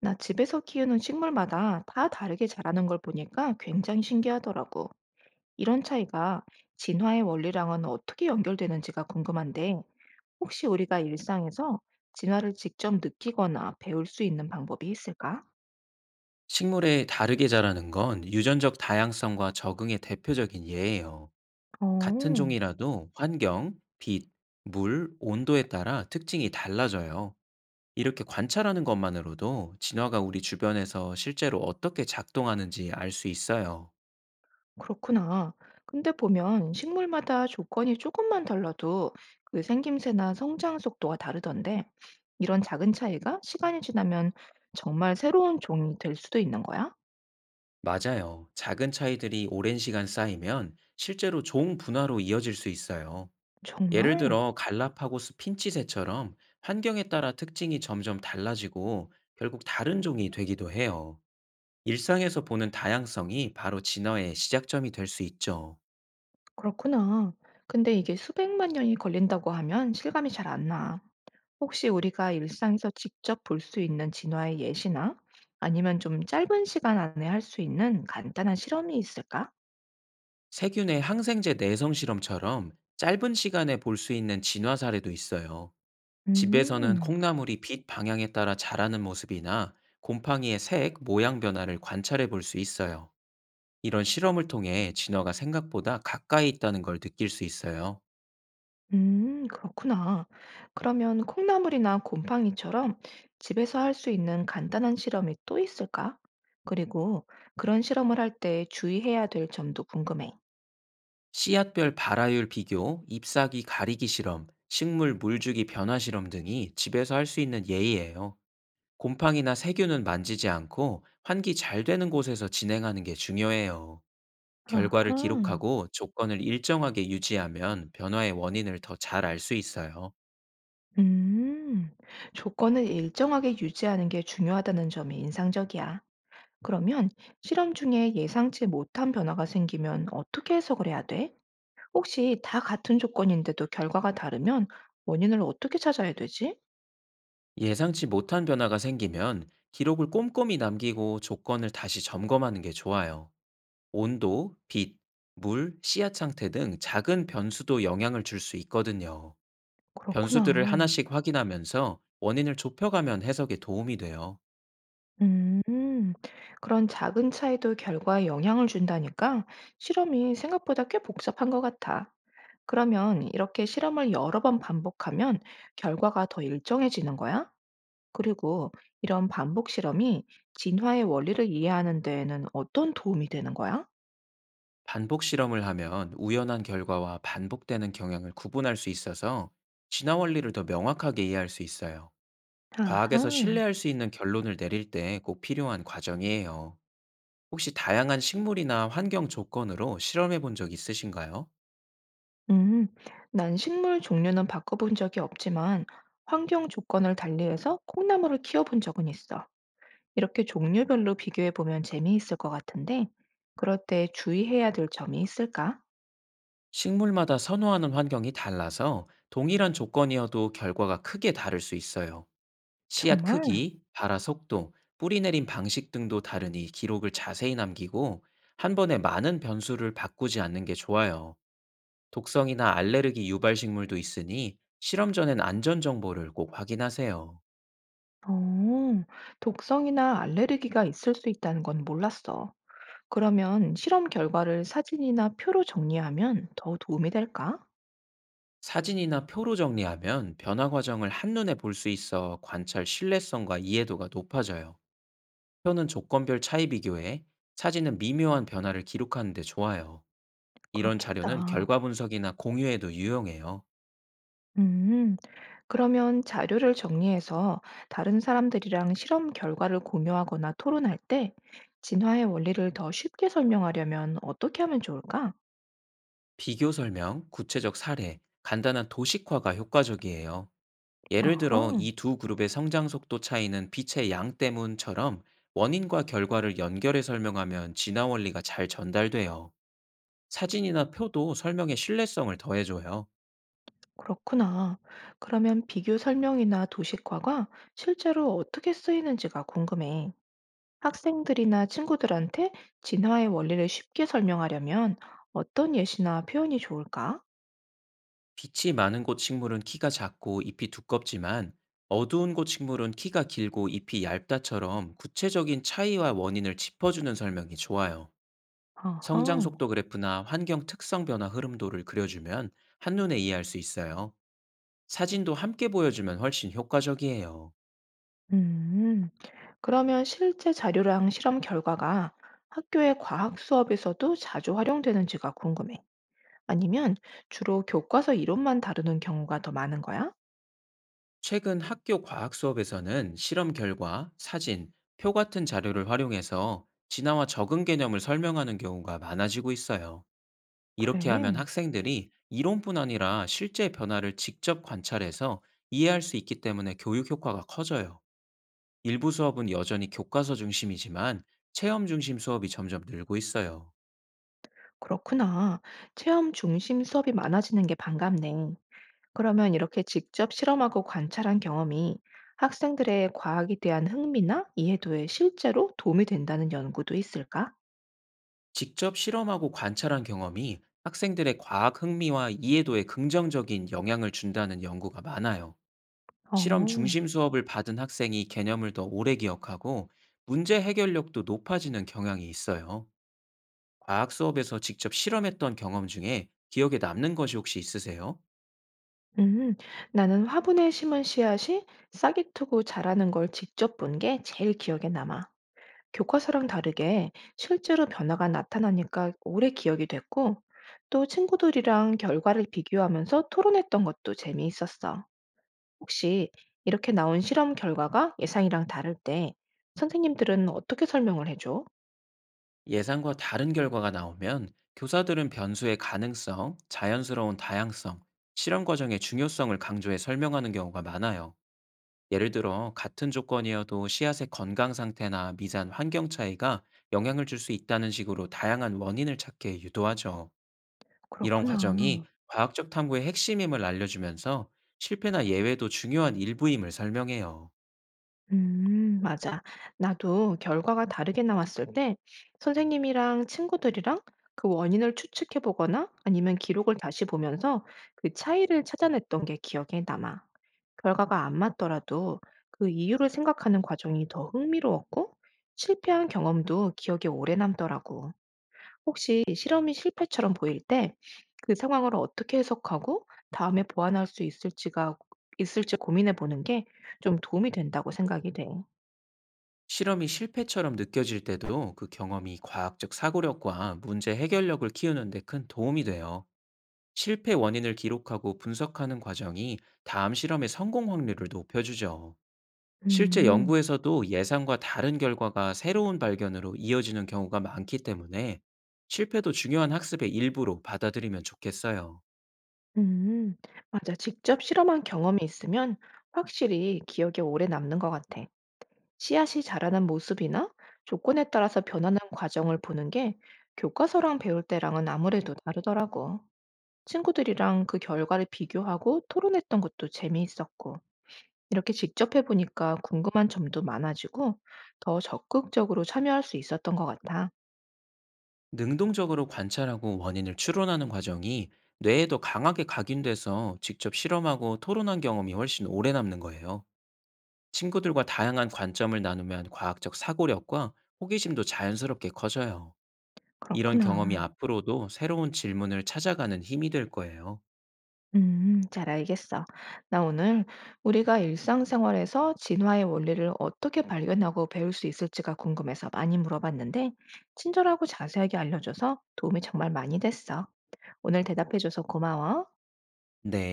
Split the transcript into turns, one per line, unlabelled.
나 집에서 키우는 식물마다 다 다르게 자라는 걸 보니까 굉장히 신기하더라고. 이런 차이가 진화의 원리랑은 어떻게 연결되는지가 궁금한데, 혹시 우리가 일상에서 진화를 직접 느끼거나 배울 수 있는 방법이 있을까?
식물에 다르게 자라는 건 유전적 다양성과 적응의 대표적인 예예요. 같은
어,
종이라도 환경, 빛, 물, 온도에 따라 특징이 달라져요. 이렇게 관찰하는 것만으로도 진화가 우리 주변에서 실제로 어떻게 작동하는지 알 수 있어요.
그렇구나. 근데 보면 식물마다 조건이 조금만 달라도 그 생김새나 성장 속도가 다르던데, 이런 작은 차이가 시간이 지나면 정말 새로운 종이 될 수도 있는 거야?
맞아요. 작은 차이들이 오랜 시간 쌓이면 실제로 종 분화로 이어질 수 있어요. 예를
정말?
들어 갈라파고스 핀치새처럼 환경에 따라 특징이 점점 달라지고 결국 다른 종이 되기도 해요. 일상에서 보는 다양성이 바로 진화의 시작점이 될 수 있죠.
그렇구나. 근데 이게 수백만 년이 걸린다고 하면 실감이 잘 안 나. 혹시 우리가 일상에서 직접 볼 수 있는 진화의 예시나 아니면 좀 짧은 시간 안에 할 수 있는 간단한 실험이 있을까?
세균의 항생제 내성 실험처럼 짧은 시간에 볼 수 있는 진화 사례도 있어요. 집에서는
음,
콩나물이 빛 방향에 따라 자라는 모습이나 곰팡이의 색, 모양 변화를 관찰해 볼 수 있어요. 이런 실험을 통해 진화가 생각보다 가까이 있다는 걸 느낄 수 있어요.
그렇구나. 그러면 콩나물이나 곰팡이처럼 집에서 할 수 있는 간단한 실험이 또 있을까? 그리고 그런 실험을 할 때 주의해야 될 점도 궁금해.
씨앗별 발화율 비교, 잎사귀 가리기 실험, 식물 물주기 변화 실험 등이 집에서 할 수 있는 예의예요. 곰팡이나 세균은 만지지 않고 환기 잘 되는 곳에서 진행하는 게 중요해요. 결과를
아하.
기록하고 조건을 일정하게 유지하면 변화의 원인을 더 잘 알 수 있어요.
음, 조건을 일정하게 유지하는 게 중요하다는 점이 인상적이야. 그러면 실험 중에 예상치 못한 변화가 생기면 어떻게 해석을 해야 돼? 혹시 다 같은 조건인데도 결과가 다르면 원인을 어떻게 찾아야 되지?
예상치 못한 변화가 생기면 기록을 꼼꼼히 남기고 조건을 다시 점검하는 게 좋아요. 온도, 빛, 물, 씨앗 상태 등 작은 변수도 영향을 줄 수 있거든요. 변수들을
그렇구나.
하나씩 확인하면서 원인을 좁혀가면 해석에 도움이 돼요.
음, 그런 작은 차이도 결과에 영향을 준다니까 실험이 생각보다 꽤 복잡한 것 같아. 그러면 이렇게 실험을 여러 번 반복하면 결과가 더 일정해지는 거야? 그리고 이런 반복 실험이 진화의 원리를 이해하는 데에는 어떤 도움이 되는 거야?
반복 실험을 하면 우연한 결과와 반복되는 경향을 구분할 수 있어서 진화 원리를 더 명확하게 이해할 수 있어요. 과학에서
아하.
신뢰할 수 있는 결론을 내릴 때 꼭 필요한 과정이에요. 혹시 다양한 식물이나 환경 조건으로 실험해 본 적 있으신가요?
음, 난 식물 종류는 바꿔본 적이 없지만 환경 조건을 달리해서 콩나물을 키워본 적은 있어. 이렇게 종류별로 비교해보면 재미있을 것 같은데, 그럴 때 주의해야 될 점이 있을까?
식물마다 선호하는 환경이 달라서 동일한 조건이어도 결과가 크게 다를 수 있어요. 씨앗
정말?
크기, 발화 속도, 뿌리 내린 방식 등도 다르니 기록을 자세히 남기고 한 번에 많은 변수를 바꾸지 않는 게 좋아요. 독성이나 알레르기 유발 식물도 있으니 실험 전엔 안전 정보를 꼭 확인하세요.
어, 독성이나 알레르기가 있을 수 있다는 건 몰랐어. 그러면 실험 결과를 사진이나 표로 정리하면 더 도움이 될까?
사진이나 표로 정리하면 변화 과정을 한눈에 볼 수 있어 관찰 신뢰성과 이해도가 높아져요. 표는 조건별 차이 비교해, 사진은 미묘한 변화를 기록하는 데 좋아요. 이런 자료는
그렇겠다.
결과 분석이나 공유에도 유용해요.
음, 그러면 자료를 정리해서 다른 사람들이랑 실험 결과를 공유하거나 토론할 때 진화의 원리를 더 쉽게 설명하려면 어떻게 하면 좋을까?
비교 설명, 구체적 사례, 간단한 도식화가 효과적이에요. 예를 들어
아하,
이 두 그룹의 성장 속도 차이는 빛의 양 때문처럼, 원인과 결과를 연결해 설명하면 진화 원리가 잘 전달돼요. 사진이나 표도 설명의 신뢰성을 더해줘요.
그렇구나. 그러면 비교 설명이나 도식화가 실제로 어떻게 쓰이는지가 궁금해. 학생들이나 친구들한테 진화의 원리를 쉽게 설명하려면 어떤 예시나 표현이 좋을까?
빛이 많은 곳 식물은 키가 작고 잎이 두껍지만, 어두운 곳 식물은 키가 길고 잎이 얇다처럼 구체적인 차이와 원인을 짚어주는 설명이 좋아요.
어허.
성장 속도 그래프나 환경 특성 변화 흐름도를 그려주면 한눈에 이해할 수 있어요. 사진도 함께 보여주면 훨씬 효과적이에요.
음, 그러면 실제 자료랑 실험 결과가 학교의 과학 수업에서도 자주 활용되는지가 궁금해. 아니면 주로 교과서 이론만 다루는 경우가 더 많은 거야?
최근 학교 과학 수업에서는 실험 결과, 사진, 표 같은 자료를 활용해서 진화와 적응 개념을 설명하는 경우가 많아지고 있어요. 이렇게 하면
그래,
학생들이 이론뿐 아니라 실제 변화를 직접 관찰해서 이해할 수 있기 때문에 교육 효과가 커져요. 일부 수업은 여전히 교과서 중심이지만, 체험 중심 수업이 점점 늘고 있어요.
그렇구나. 체험 중심 수업이 많아지는 게 반갑네. 그러면 이렇게 직접 실험하고 관찰한 경험이 학생들의 과학에 대한 흥미나 이해도에 실제로 도움이 된다는 연구도 있을까?
직접 실험하고 관찰한 경험이 학생들의 과학 흥미와 이해도에 긍정적인 영향을 준다는 연구가 많아요. 실험
어,
중심 수업을 받은 학생이 개념을 더 오래 기억하고 문제 해결력도 높아지는 경향이 있어요. 과학 수업에서 직접 실험했던 경험 중에 기억에 남는 것이 혹시 있으세요?
음, 나는 화분에 심은 씨앗이 싹이 트고 자라는 걸 직접 본 게 제일 기억에 남아. 교과서랑 다르게 실제로 변화가 나타나니까 오래 기억이 됐고, 또 친구들이랑 결과를 비교하면서 토론했던 것도 재미있었어. 혹시 이렇게 나온 실험 결과가 예상이랑 다를 때 선생님들은 어떻게 설명을 해줘?
예상과 다른 결과가 나오면 교사들은 변수의 가능성, 자연스러운 다양성, 실험 과정의 중요성을 강조해 설명하는 경우가 많아요. 예를 들어 같은 조건이어도 씨앗의 건강 상태나 미산 환경 차이가 영향을 줄 수 있다는 식으로 다양한 원인을 찾게 유도하죠. 이런
그렇구나.
과정이 과학적 탐구의 핵심임을 알려주면서 실패나 예외도 중요한 일부임을 설명해요.
맞아. 나도 결과가 다르게 나왔을 때 선생님이랑 친구들이랑 그 원인을 추측해 보거나 아니면 기록을 다시 보면서 그 차이를 찾아냈던 게 기억에 남아. 결과가 안 맞더라도 그 이유를 생각하는 과정이 더 흥미로웠고 실패한 경험도 기억에 오래 남더라고. 혹시 실험이 실패처럼 보일 때 그 상황을 어떻게 해석하고 다음에 보완할 수 있을지가 있을지 고민해 보는 게 좀 도움이 된다고 생각이 돼.
실험이 실패처럼 느껴질 때도 그 경험이 과학적 사고력과 문제 해결력을 키우는 데 큰 도움이 돼요. 실패 원인을 기록하고 분석하는 과정이 다음 실험의 성공 확률을 높여주죠. 실제
음,
연구에서도 예상과 다른 결과가 새로운 발견으로 이어지는 경우가 많기 때문에, 실패도 중요한 학습의 일부로 받아들이면 좋겠어요.
음, 맞아. 직접 실험한 경험이 있으면 확실히 기억에 오래 남는 것 같아. 씨앗이 자라는 모습이나 조건에 따라서 변하는 과정을 보는 게 교과서랑 배울 때랑은 아무래도 다르더라고. 친구들이랑 그 결과를 비교하고 토론했던 것도 재미있었고. 이렇게 직접 해보니까 궁금한 점도 많아지고 더 적극적으로 참여할 수 있었던 것 같아.
능동적으로 관찰하고 원인을 추론하는 과정이 뇌에도 강하게 각인돼서, 직접 실험하고 토론한 경험이 훨씬 오래 남는 거예요. 친구들과 다양한 관점을 나누면 과학적 사고력과 호기심도 자연스럽게 커져요. 이런
그렇구나.
경험이 앞으로도 새로운 질문을 찾아가는 힘이 될 거예요.
잘 알겠어. 나 오늘 우리가 일상생활에서 진화의 원리를 어떻게 발견하고 배울 수 있을지가 궁금해서 많이 물어봤는데, 친절하고 자세하게 알려줘서 도움이 정말 많이 됐어. 오늘 대답해줘서 고마워.
네.